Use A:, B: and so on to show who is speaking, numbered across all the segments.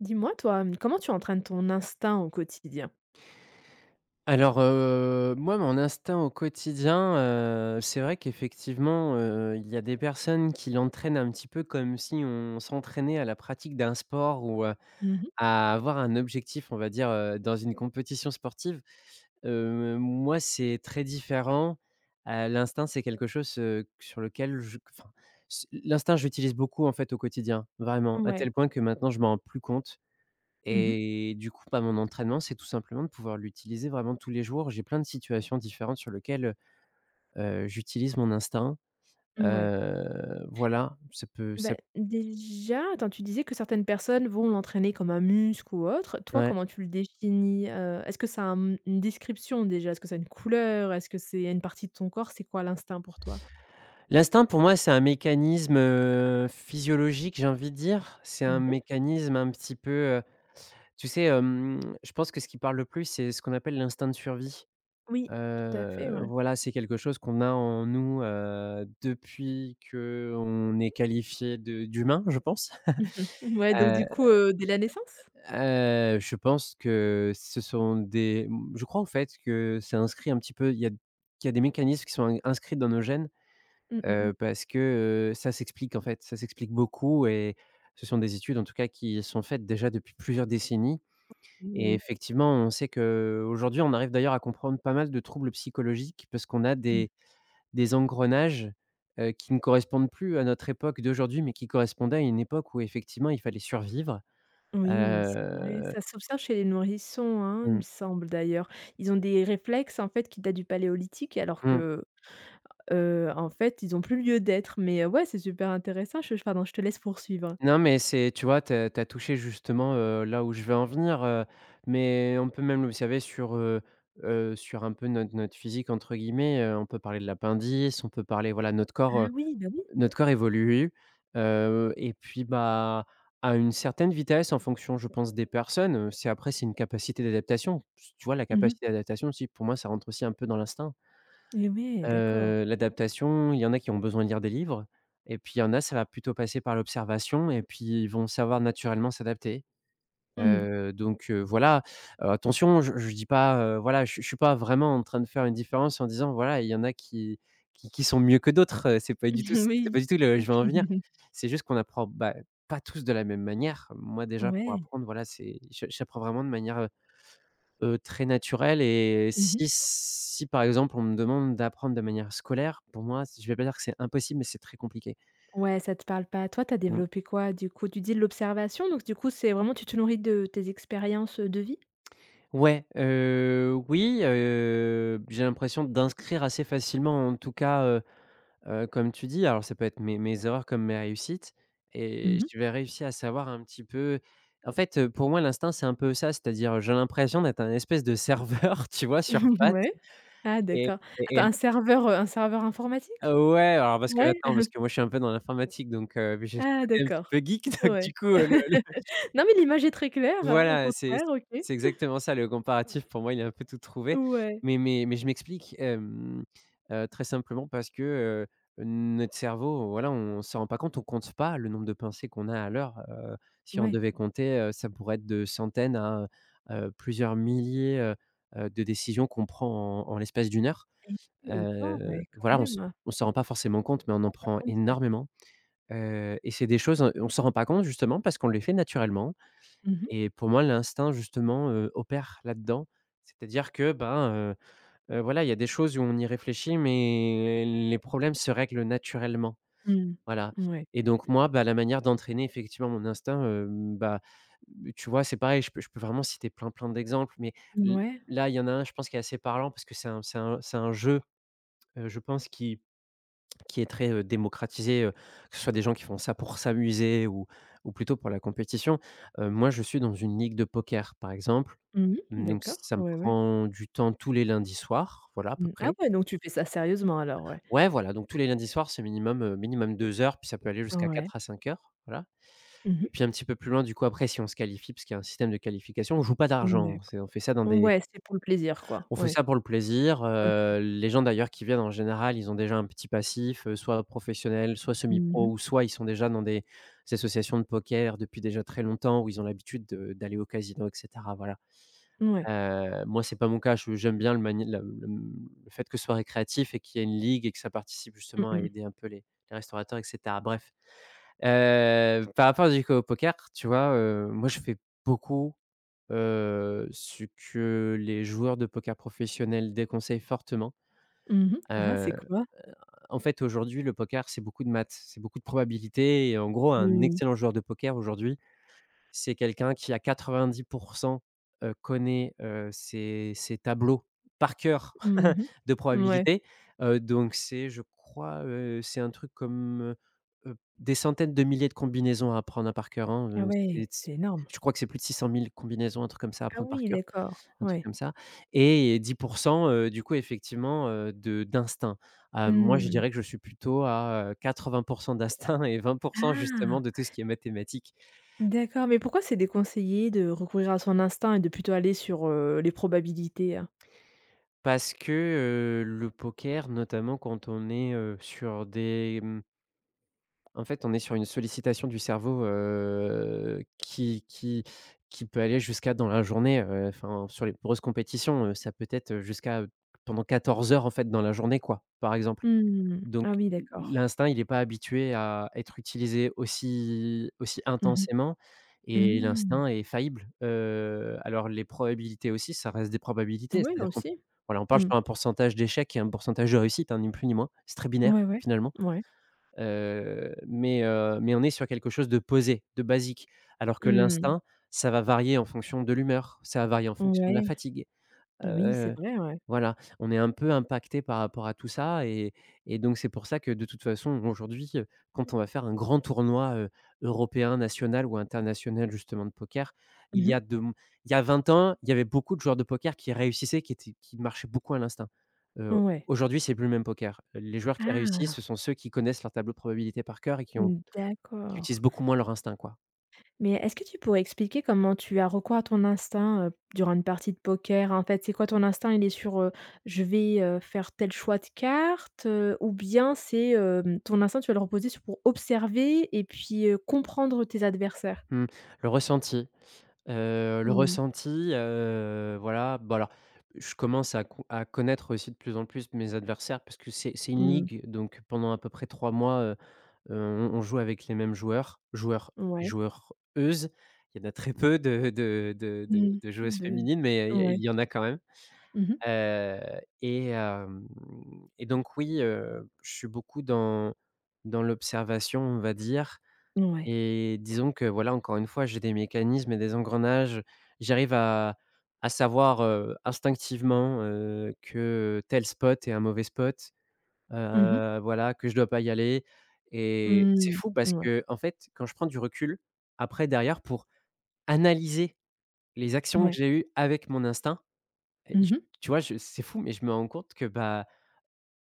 A: Dis-moi toi, comment tu entraînes ton instinct au quotidien?
B: Moi, mon instinct au quotidien, c'est vrai qu'effectivement, il y a des personnes qui l'entraînent un petit peu comme si on s'entraînait à la pratique d'un sport ou,
A: Mmh
B: à avoir un objectif, on va dire, dans une compétition sportive. Moi, c'est très différent. L'instinct, c'est quelque chose, sur lequel je enfin, s l'instinct, je l'utilise beaucoup, en fait, au quotidien, vraiment, à tel
A: Ouais.
B: point que maintenant je m'en rends plus compte.
A: Mmh mh.
B: Et du coup, bah, mon entraînement, c'est tout simplement de pouvoir l'utiliser vraiment tous les jours. J'ai plein de situations différentes sur lesquelles, j'utilise mon instinct. Voilà, ça peut
A: Bah,
B: ça
A: déjà, attends, tu disais que certaines personnes vont l'entraîner comme un muscle ou autre. Toi,
B: ouais.
A: comment tu le définis? Est-ce que ça a, une description déjà? Est-ce que ça a une couleur? Est-ce que c'est une partie de ton corps? C'est quoi l'instinct pour toi?
B: L'instinct pour moi, c'est un mécanisme, physiologique, j'ai envie de dire. C'est un
A: Mmh
B: mécanisme un petit peu, heu, tu sais, je pense que ce qui parle le plus, c'est ce qu'on appelle l'instinct de survie.
A: Oui, tout à fait, ouais.
B: Voilà, c'est quelque chose qu'on a en nous, depuis que on est qualifié de d'humain, je pense.
A: Ouais, donc
B: Heu
A: du coup, dès la naissance?
B: je pense que ce sont je crois, au fait, que c'est inscrit un petit peu il y a qu'il y a des mécanismes qui sont in inscrits dans nos gènes,
A: Mmh, mmh mh.
B: parce que, ça s'explique, en fait, ça s'explique beaucoup, et ce sont des études, en tout cas, qui sont faites déjà depuis plusieurs décennies, et effectivement, on sait que aujourd'hui, on arrive d'ailleurs à comprendre pas mal de troubles psychologiques parce qu'on a
A: Mmh.
B: des engrenages, qui ne correspondent plus à notre époque d'aujourd'hui, mais qui correspondaient à une époque où effectivement il fallait survivre.
A: Oui, c'est vrai,
B: Heu,
A: ça s'observe chez les nourrissons, hein, il me
B: mmh,
A: semble d'ailleurs. Ils ont des réflexes, en fait, qui datent du Paléolithique alors
B: mmh.
A: que, en fait, ils ont plus lieu d'être. Mais, ouais, c'est super intéressant, je pardon, je te laisse poursuivre.
B: Non, mais c'est tu vois, tu as touché justement, là où je veux en venir, mais on peut même l'observer sur, sur un peu notre physique entre guillemets, on peut parler de l'appendice, on peut parler voilà,
A: Ah oui, bah, oui.
B: notre corps évolue, et puis, bah, à une certaine vitesse en fonction, je pense, des personnes, c'est après c'est une capacité d'adaptation. Tu vois, la
A: Mmh mh.
B: capacité d'adaptation aussi, pour moi, ça rentre aussi un peu dans l'instinct.
A: Ouais, d'accord.
B: L'adaptation, il y en a qui ont besoin de lire des livres, et puis il y en a, ça va plutôt passer par l'observation et puis ils vont savoir naturellement s'adapter.
A: Mmh.
B: Voilà, attention, je dis pas, voilà, je suis pas vraiment en train de faire une différence en disant: «Voilà, il y en a qui sont mieux que d'autres», c'est pas du tout c'est
A: Oui.
B: pas du tout le je vais en venir. C'est juste qu'on apprend, bah, pas tous de la même manière. Moi déjà pour
A: Ouais.
B: apprendre, voilà, c'est je j'apprends vraiment de manière, très naturelle, et
A: Mmh
B: si par exemple on me demande d'apprendre de manière scolaire, pour moi, je vais pas dire que c'est impossible, mais c'est très compliqué.
A: Ouais, ça te parle pas. Toi, t'as
B: Mmh.
A: développé quoi du coup? Tu dis de l'observation, donc du coup, c'est vraiment tu te nourris de tes expériences, de vie?
B: Ouais, oui, j'ai l'impression d'inscrire assez facilement, en tout cas, comme tu dis, alors ça peut être mes erreurs comme mes réussites, et
A: Mmh
B: je vais réussir à savoir un petit peu en fait, pour moi, l'instinct, c'est un peu ça, c'est-à-dire, j'ai l'impression d'être un espèce de serveur, tu vois, sur pattes
A: Ouais. Ah
B: et
A: d'accord.
B: et et
A: Attends, un serveur informatique?
B: ouais, alors parce que
A: Ouais?
B: attends, parce que moi, je suis un peu dans l'informatique, donc j'ai ce
A: Ah
B: côté un petit
A: d'accord.
B: peu geek donc du
A: Ouais.
B: coup, le
A: Non mais l'image est très claire, au
B: voilà,
A: contraire, OK.
B: c'est exactement ça, le comparatif pour moi, il a un peu tout trouvé.
A: Ouais,
B: Mais je m'explique, très simplement parce que, notre cerveau, voilà, on ne s'en rend pas compte, on compte pas le nombre de pensées qu'on a à l'heure. Si on
A: ouais.
B: devait compter, ça pourrait être de centaines à, plusieurs milliers, de décisions qu'on prend en en l'espace d'une heure.
A: Et autant, ouais, quand
B: Voilà, on
A: même,
B: s
A: hein,
B: s'en rend pas forcément compte, mais
A: tu
B: on
A: te
B: en
A: rends
B: prend
A: compte, ouais.
B: énormément. Et c'est des choses, on s'en rend pas compte justement parce qu'on les fait naturellement.
A: Mmh mh.
B: Et pour moi, l'instinct justement, opère là-dedans. C'est-à-dire que, voilà, il y a des choses où on y réfléchit, mais les problèmes se règlent naturellement, voilà.
A: Mmh. Ouais.
B: Et donc moi, bah, la manière d'entraîner effectivement mon instinct, bah, tu vois, c'est pareil, je peux vraiment citer plein, plein d'exemples, mais l
A: Ouais.
B: là, il y en a un, je pense, qui est assez parlant parce que c'est un jeu, je pense qui est très, démocratisé, que ce soit des gens qui font ça pour s'amuser ou plutôt pour la compétition. Moi, je suis dans une ligue de poker, par exemple.
A: Mmh mh.
B: Mmh, donc
A: D'accord.
B: ça me
A: Ouais, ouais.
B: prend du temps tous les lundis soirs, voilà, à peu
A: Mmh. Ah
B: près.
A: ouais, donc tu fais ça sérieusement alors, ouais.
B: Ouais, voilà, donc tous les lundis soirs, c'est minimum, minimum 2 heures, puis ça peut aller jusqu'à
A: Ouais.
B: 4 à 5 heures, voilà,
A: Mmh
B: et
A: mh.
B: puis un petit peu plus loin, du coup, après, si on se qualifie, parce qu'il y a un système de qualification, on joue pas
A: Mmh,
B: d'argent.
A: d'accord.
B: C'est On fait ça dans des
A: Ouais, c'est pour le plaisir, quoi.
B: on fait
A: Ouais.
B: ça pour le plaisir,
A: OK.
B: les gens d'ailleurs qui viennent, en général, ils ont déjà un petit passif, soit professionnel, soit
A: Mmh
B: semi-pro,
A: mh.
B: ou soit ils sont déjà dans des associations de poker depuis déjà très longtemps où ils ont l'habitude de d'aller au casino et cetera, voilà.
A: Ouais.
B: Moi, c'est pas mon cas, je j'aime bien le mani la le fait que ce soit récréatif et qu'il y ait une ligue et que ça participe
A: Mmh
B: justement à
A: mh.
B: aider un peu les restaurateurs et cetera. Bref, par rapport du coup au poker, tu vois, moi, je fais beaucoup, ce que les joueurs de poker professionnels déconseillent fortement.
A: Mmh mh. Ah
B: Heu,
A: c'est quoi?
B: En fait, aujourd'hui, le poker, c'est beaucoup de maths, c'est beaucoup de probabilités, et en gros, un
A: Oui.
B: excellent joueur de poker aujourd'hui, c'est quelqu'un qui à 90 connaît, ses tableaux par cœur
A: Mmh
B: de
A: mh. Ouais.
B: probabilité. Donc c'est je crois, c'est un truc comme, des centaines de milliers de combinaisons à apprendre, hein, par cœur, hein,
A: Ah ouais,
B: c'est
A: c'est énorme.
B: je crois que c'est plus de 600 000 combinaisons, un truc comme ça, à
A: Ah
B: apprendre par
A: oui,
B: cœur,
A: d'accord.
B: un truc
A: Ouais.
B: comme ça, et 10 du coup effectivement, de d'instinct. Moi, je
A: Mmh.
B: dirais que je suis plutôt à, 80 d'instinct et 20
A: Ah!
B: justement de tout ce qui est mathématique.
A: D'accord, mais pourquoi c'est déconseillé de recourir à son instinct et de plutôt aller sur, les probabilités, hein?
B: Parce que, le poker, notamment quand on est, en fait, on est sur une sollicitation du cerveau, qui peut aller jusqu'à dans la journée, enfin, sur les grosses compétitions, ça peut être, jusqu'à, pendant 14 heures, en fait, dans la journée, quoi, par exemple.
A: Mmh.
B: Donc
A: Ah oui, d'accord.
B: l'instinct, il n'est pas habitué à être utilisé aussi
A: Mmh
B: intensément,
A: mh.
B: et
A: Mmh.
B: l'instinct est faillible. Alors les probabilités aussi, ça reste des probabilités,
A: Oui,
B: c'est-à-dire qu'on
A: aussi.
B: voilà, on parle
A: Mmh.
B: sur un pourcentage d'échec et un pourcentage de réussite, hein, ni plus ni moins. C'est très binaire
A: Ouais, ouais.
B: finalement,
A: Ouais.
B: mais on est sur quelque chose de posé, de basique. Alors que
A: Mmh.
B: l'instinct, ça va varier en fonction de l'humeur, ça va varier en fonction de la
A: Ouais.
B: fatigue,
A: Oui, c'est
B: heu
A: vrai, ouais.
B: voilà, on est un peu impacté par rapport à tout ça, et donc c'est pour ça que de toute façon aujourd'hui, quand on va faire un grand tournoi, européen, national ou international justement de poker, il y
A: Mmh
B: a de il y a 20 ans, il y avait beaucoup de joueurs de poker qui réussissaient, qui marchaient beaucoup à l'instinct. Heu,
A: Ouais.
B: Aujourd'hui, c'est plus le même poker. Les joueurs qui
A: Ah!
B: réussissent, ce sont ceux qui connaissent leur tableau de probabilité par cœur et qui
A: D'accord.
B: utilisent beaucoup moins leur instinct, quoi.
A: Mais est-ce que tu pourrais expliquer comment tu as recours à ton instinct, durant une partie de poker? En fait, c'est quoi ton instinct? Il est sur, «Je vais, faire tel choix de carte», ou bien c'est, ton instinct, tu vas le reposer sur pour observer et puis, comprendre tes adversaires?
B: Mmh, le ressenti. Le
A: Mmh.
B: ressenti, voilà, bah, alors, je commence à connaître aussi de plus en plus mes adversaires parce que c'est une
A: Mmh.
B: ligue, donc pendant à peu près 3 mois, on joue avec les mêmes joueurs, et
A: Ouais.
B: joueuses. Il y en a très peu
A: Mmh.
B: de joueuses
A: De
B: féminines, mais
A: ouais.
B: il y en a quand même.
A: Mmh
B: Heu et hem et donc oui, je suis beaucoup dans l'observation, on va dire.
A: Ouais.
B: Et disons que voilà, encore une fois, j'ai des mécanismes et des engrenages. J'arrive à savoir, instinctivement, que tel spot est un mauvais spot,
A: Mmh mh.
B: voilà, que je dois pas y aller.
A: Ouais.
B: Et c'est
A: Mmh.
B: fou parce
A: Ouais.
B: que en fait, quand je prends du recul, après derrière pour analyser les actions
A: Ouais.
B: que j'ai eues avec mon instinct et j
A: Mmh
B: tu vois, je c'est fou mais je me rends compte que, bah,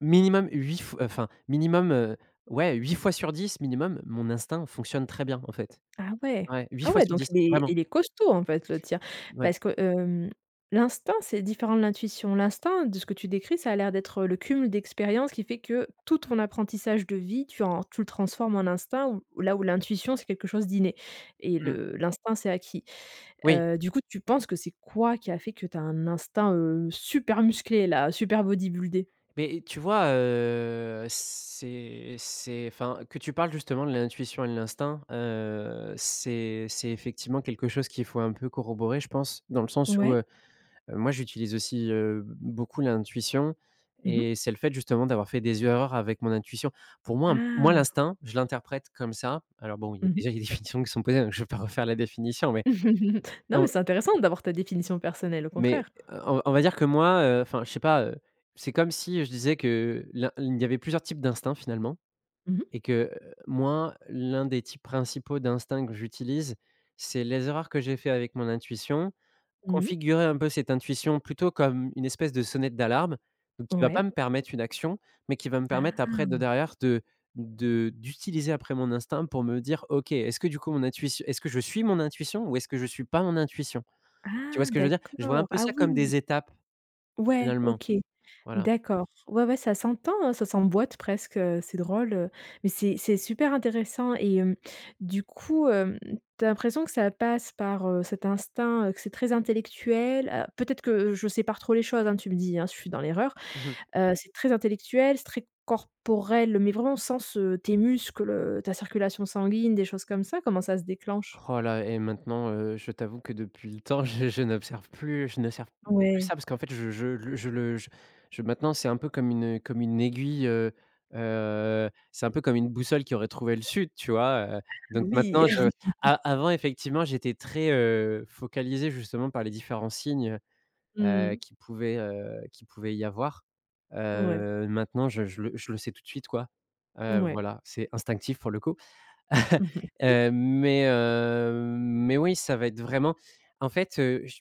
B: minimum, ouais, 8 fois sur 10 minimum, mon instinct fonctionne très bien, en fait.
A: Ah ouais.
B: Ouais, 8
A: Ah
B: fois
A: ouais,
B: sur
A: donc
B: 10,
A: il est
B: vraiment,
A: il est costaud en fait le tien.
B: ouais.
A: Parce que, l'instinct, c'est différent de l'intuition. L'instinct, de ce que tu décris, ça a l'air d'être, le cumul d'expériences qui fait que tout ton apprentissage de vie, tu le transformes en instinct, où là où l'intuition, c'est quelque chose d'inné et
B: Mmh.
A: le l'instinct, c'est acquis.
B: Oui,
A: Du coup, tu penses que c'est quoi qui a fait que tu as un instinct, super musclé là, super bodybuildé?
B: mais tu vois, c'est enfin, que tu parles justement de l'intuition et de l'instinct, c'est effectivement quelque chose qu'il faut un peu corroborer, je pense, dans le sens où,
A: Ouais.
B: moi j'utilise aussi, beaucoup l'intuition
A: Mmh
B: et c'est le fait justement d'avoir fait des erreurs avec mon intuition. Pour moi, un moi
A: Ah.
B: l'instinct, je l'interprète comme ça. Alors bon, il y a
A: Mmh
B: déjà des définitions qui sont posées, donc je vais pas refaire la définition, mais
A: Non
B: en
A: mais c'est intéressant d'avoir ta définition personnelle, au
B: Mais
A: contraire.
B: on va dire que moi, enfin, je sais pas, c'est comme si je disais que l'un il y avait plusieurs types d'instincts finalement
A: Mmh mh.
B: et que, moi, l'un des types principaux d'instincts que j'utilise, c'est les erreurs que j'ai fait avec mon intuition,
A: Mmh
B: configurer un peu cette intuition plutôt comme une espèce de sonnette d'alarme, donc qui va pas
A: Ouais.
B: me permettre une action, mais qui va me
A: Ah!
B: permettre après de derrière de d'utiliser après mon instinct pour me dire: «OK, est-ce que du coup mon intuition est-ce que je suis mon intuition ou est-ce que je suis pas mon intuition?» Tu vois
A: Ah
B: ce que je veux dire? Je vois un
A: d'accord.
B: peu
A: Ah
B: ça
A: Mmh.
B: comme
A: Oui!
B: des étapes.
A: Ouais,
B: Finalement,
A: OK.
B: voilà.
A: D'accord. Ouais, ouais, ça s'entend, hein, ça s'emboîte presque, c'est drôle, mais c'est super intéressant et du coup, tu as l'impression que ça passe par, cet instinct, que c'est très intellectuel, peut-être que je sépare trop les choses, hein, tu me dis, hein, si je suis dans l'erreur.
B: Mmh.
A: C'est très intellectuel, c'est très corporel, mais vraiment au sens, tes muscles, ta circulation sanguine, des choses comme ça? Comment ça se déclenche?
B: Oh là et maintenant, je t'avoue que depuis le temps, je n'observe plus ça
A: Ouais.
B: parce qu'en fait, je le je le je maintenant, c'est un peu comme une aiguille, c'est un peu comme une boussole qui aurait trouvé le sud, tu vois?
A: Ah
B: Donc
A: oui.
B: maintenant je a avant effectivement, j'étais très, focalisé justement par les différents signes,
A: Mmh.
B: qu'il pouvait y avoir.
A: Ouais,
B: Maintenant je le sais tout de suite, quoi.
A: ouais.
B: Voilà, c'est instinctif pour le coup.
A: Mmh mh.
B: Heu, mais heu, mais oui, ça va être vraiment en fait,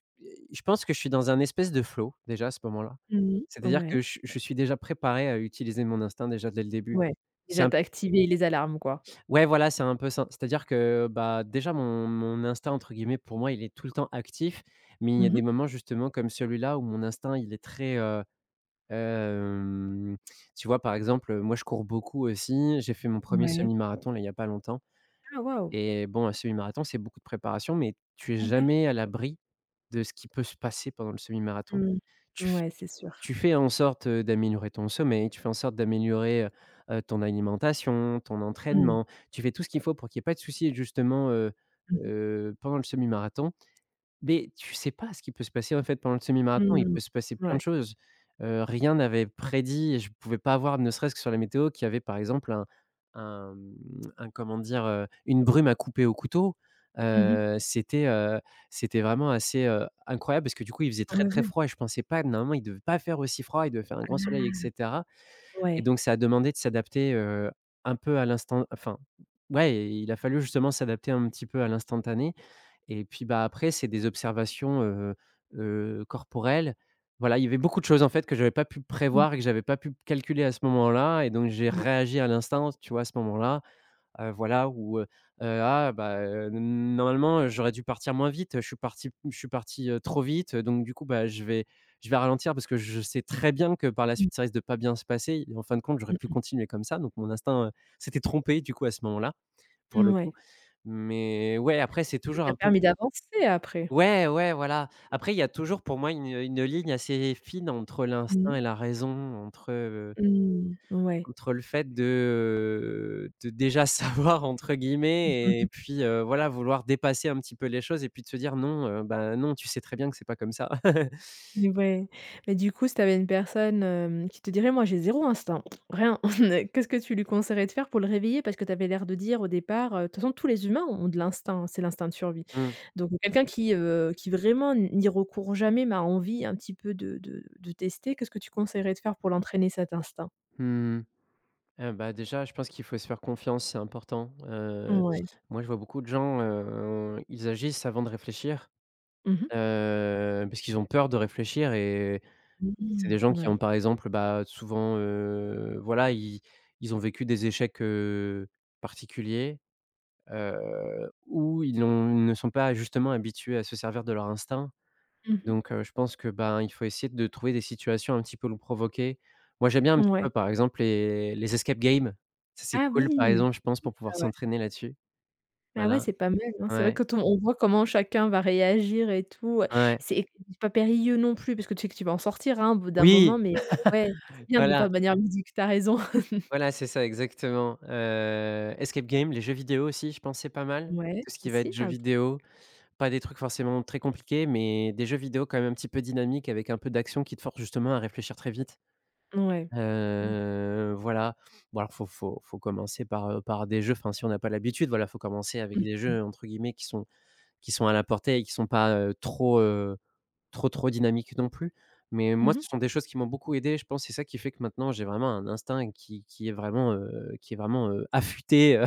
B: je pense que je suis dans un espèce de flow, déjà, à ce moment-là.
A: Mmh mh.
B: C'est-à-dire que
A: Ouais,
B: je suis déjà préparé à utiliser mon instinct, déjà, dès le début.
A: ouais.
B: C'est
A: Déjà,
B: un
A: tu as activé les alarmes, quoi?
B: Ouais, voilà, c'est un peu ça. C'est-à-dire que, bah, déjà, mon «instinct», entre guillemets, pour moi, il est tout le temps actif, mais il y a
A: Mmh
B: des
A: mh.
B: moments, justement, comme celui-là, où mon instinct, il est très, hem, tu vois, par exemple, moi, je cours beaucoup aussi. J'ai fait mon premier
A: Ouais.
B: semi-marathon, là, il y a pas longtemps
A: Ah waouh!
B: et bon, un semi-marathon, c'est beaucoup de préparation, mais tu es
A: Ah ouais.
B: jamais à l'abri de ce qui peut se passer pendant le semi-marathon.
A: Mmh.
B: Tu f
A: Ouais, c'est sûr.
B: Tu fais en sorte, d'améliorer ton sommeil, tu fais en sorte d'améliorer, ton alimentation, ton
A: Mmh.
B: entraînement. Tu fais tout ce qu'il faut pour qu'il y ait pas de soucis justement,
A: Mmh
B: pendant le semi-marathon, mais tu sais pas ce qui peut se passer, en fait, pendant le
A: mh.
B: semi-marathon. Il
A: Mmh.
B: peut se passer plein de
A: Ouais.
B: choses. Rien n'avait prédit et je pouvais pas avoir, ne serait-ce que sur la météo, qu'il y avait, par exemple, un comment dire? Une brume à couper au couteau.
A: Mmh mh.
B: Heu, c'était, heu, c'était vraiment assez, incroyable parce que, du coup, il faisait très,
A: Ouais,
B: très
A: ouais.
B: froid et je pensais pas normalement, il devait pas faire aussi froid, il devait faire un grand soleil et
A: Ah
B: cetera et
A: ouais.
B: donc ça a demandé de s'adapter, un peu à l'instant enfin, ouais, il a fallu justement s'adapter un petit peu à l'instantané et puis, bah, après, c'est des observations, corporelles. Voilà, il y avait beaucoup de choses, en fait, que j'avais pas pu
A: Mmh
B: prévoir
A: mh.
B: et que j'avais pas pu calculer à ce moment-là et donc j'ai réagi à l'instinct, tu vois, à ce moment-là, voilà, où, ah, bah, heu, normalement, j'aurais dû partir moins vite, je suis parti, trop vite, donc du coup, bah, je vais ralentir parce que je sais très bien que par la
A: Mmh.
B: suite, ça risque de pas bien se passer et en fin de compte, j'aurais pu
A: Mmh
B: continuer comme ça, donc mon instinct, s'était trompé, du coup, à ce moment-là,
A: mh.
B: pour le coup.
A: Mouais.
B: Mais ouais, après, c'est
A: Ça
B: toujours
A: t'a
B: un peu.
A: permis d'avancer après.
B: Ouais, ouais, voilà. Après, il y a toujours pour moi une ligne assez fine entre l'instinct
A: Mmh.
B: et la raison,
A: Mmh. Ouais.
B: entre le fait de déjà «savoir» entre guillemets et puis, voilà, vouloir dépasser un petit peu les choses et puis de se dire: «Non, bah, non, tu sais très bien que c'est pas comme ça».
A: Mais ouais, mais du coup, si tu avais une personne, qui te dirait: «Moi, j'ai zéro instinct, rien», qu'est-ce que tu lui conseillerais de faire pour le réveiller? Parce que tu avais l'air de dire au départ, de toute façon, tous les humains ont de l'instinct, c'est l'instinct de survie.
B: Mmh.
A: Donc quelqu'un qui vraiment n'y recourt jamais, m'a envie un petit peu de tester, qu'est-ce que tu conseillerais de faire pour l'entraîner cet instinct?
B: Mmh mh. Ah bah, déjà, je pense qu'il faut se faire confiance, c'est important.
A: Ouais.
B: Moi, je vois beaucoup de gens, ils agissent avant de réfléchir,
A: Mmh mh.
B: parce qu'ils ont peur de réfléchir. Et c'est
A: Mmh,
B: des gens qui ont
A: ouais.
B: par exemple, bah, souvent, voilà, ils ont vécu des échecs, particuliers, ou ils ne sont pas justement habitués à se servir de leur instinct.
A: Mmh
B: Donc je pense que, ben, il faut essayer de trouver des situations un petit peu le provoquer. Moi, j'aime bien un petit
A: Ouais.
B: peu, par exemple, les escape games. Ça, c'est
A: Ah
B: cool, par
A: oui!
B: exemple, je pense, pour pouvoir s'entraîner là-dessus.
A: Ah ouais,
B: Voilà,
A: c'est pas mal, hein. C'est vrai
B: ouais,
A: quand on voit comment chacun va réagir et tout,
B: ouais.
A: c'est pas périlleux non plus parce que tu sais que tu vas en sortir, hein, au bout d'un moment,
B: Oui,
A: mais ouais, c'est bien de le faire
B: voilà.
A: de manière ludique, tu as raison.
B: Voilà, c'est ça, exactement. Escape game, les jeux vidéo aussi, je pense, c'est pas mal.
A: Ouais,
B: Tout ce qui va être
A: aussi?
B: jeux
A: Ah OK.
B: vidéo, pas des trucs forcément très compliqués, mais des jeux vidéo quand même un petit peu dynamiques avec un peu d'action qui te force justement à réfléchir très vite.
A: Ouais. Mmh.
B: Voilà. Bon alors faut commencer par, par des jeux, enfin si on n'a pas l'habitude, voilà, faut commencer avec des jeux entre guillemets qui sont à la portée et qui sont pas, trop, trop dynamique non plus. Mais
A: Mmh.
B: moi,
A: Mmh mh.
B: ce sont des choses qui m'ont beaucoup aidé. Je pense que c'est ça qui fait que maintenant j'ai vraiment un instinct qui est vraiment, affûté,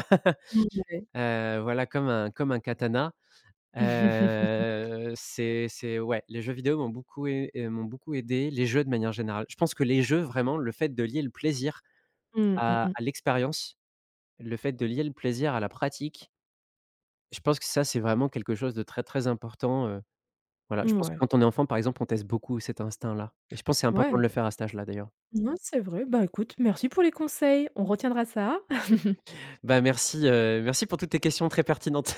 A: Mmh, ouais.
B: voilà comme un katana. C'est ouais, les jeux vidéo m'ont beaucoup ai et m'ont beaucoup aidé, les jeux de manière générale. Je pense que les jeux vraiment, le fait de lier le plaisir
A: Mmh, mmh
B: à
A: mh.
B: l'expérience, le fait de lier le plaisir à la pratique, je pense que ça, c'est vraiment quelque chose de très, très important, voilà, je pense que
A: Ouais.
B: quand on est enfant, par exemple, on teste beaucoup cet instinct-là et je pense que c'est important de
A: Ouais.
B: le faire à cet âge-là, d'ailleurs.
A: Non, c'est vrai. Bah écoute, merci pour les conseils. On retiendra ça.
B: Bah, merci, merci pour toutes tes questions très pertinentes.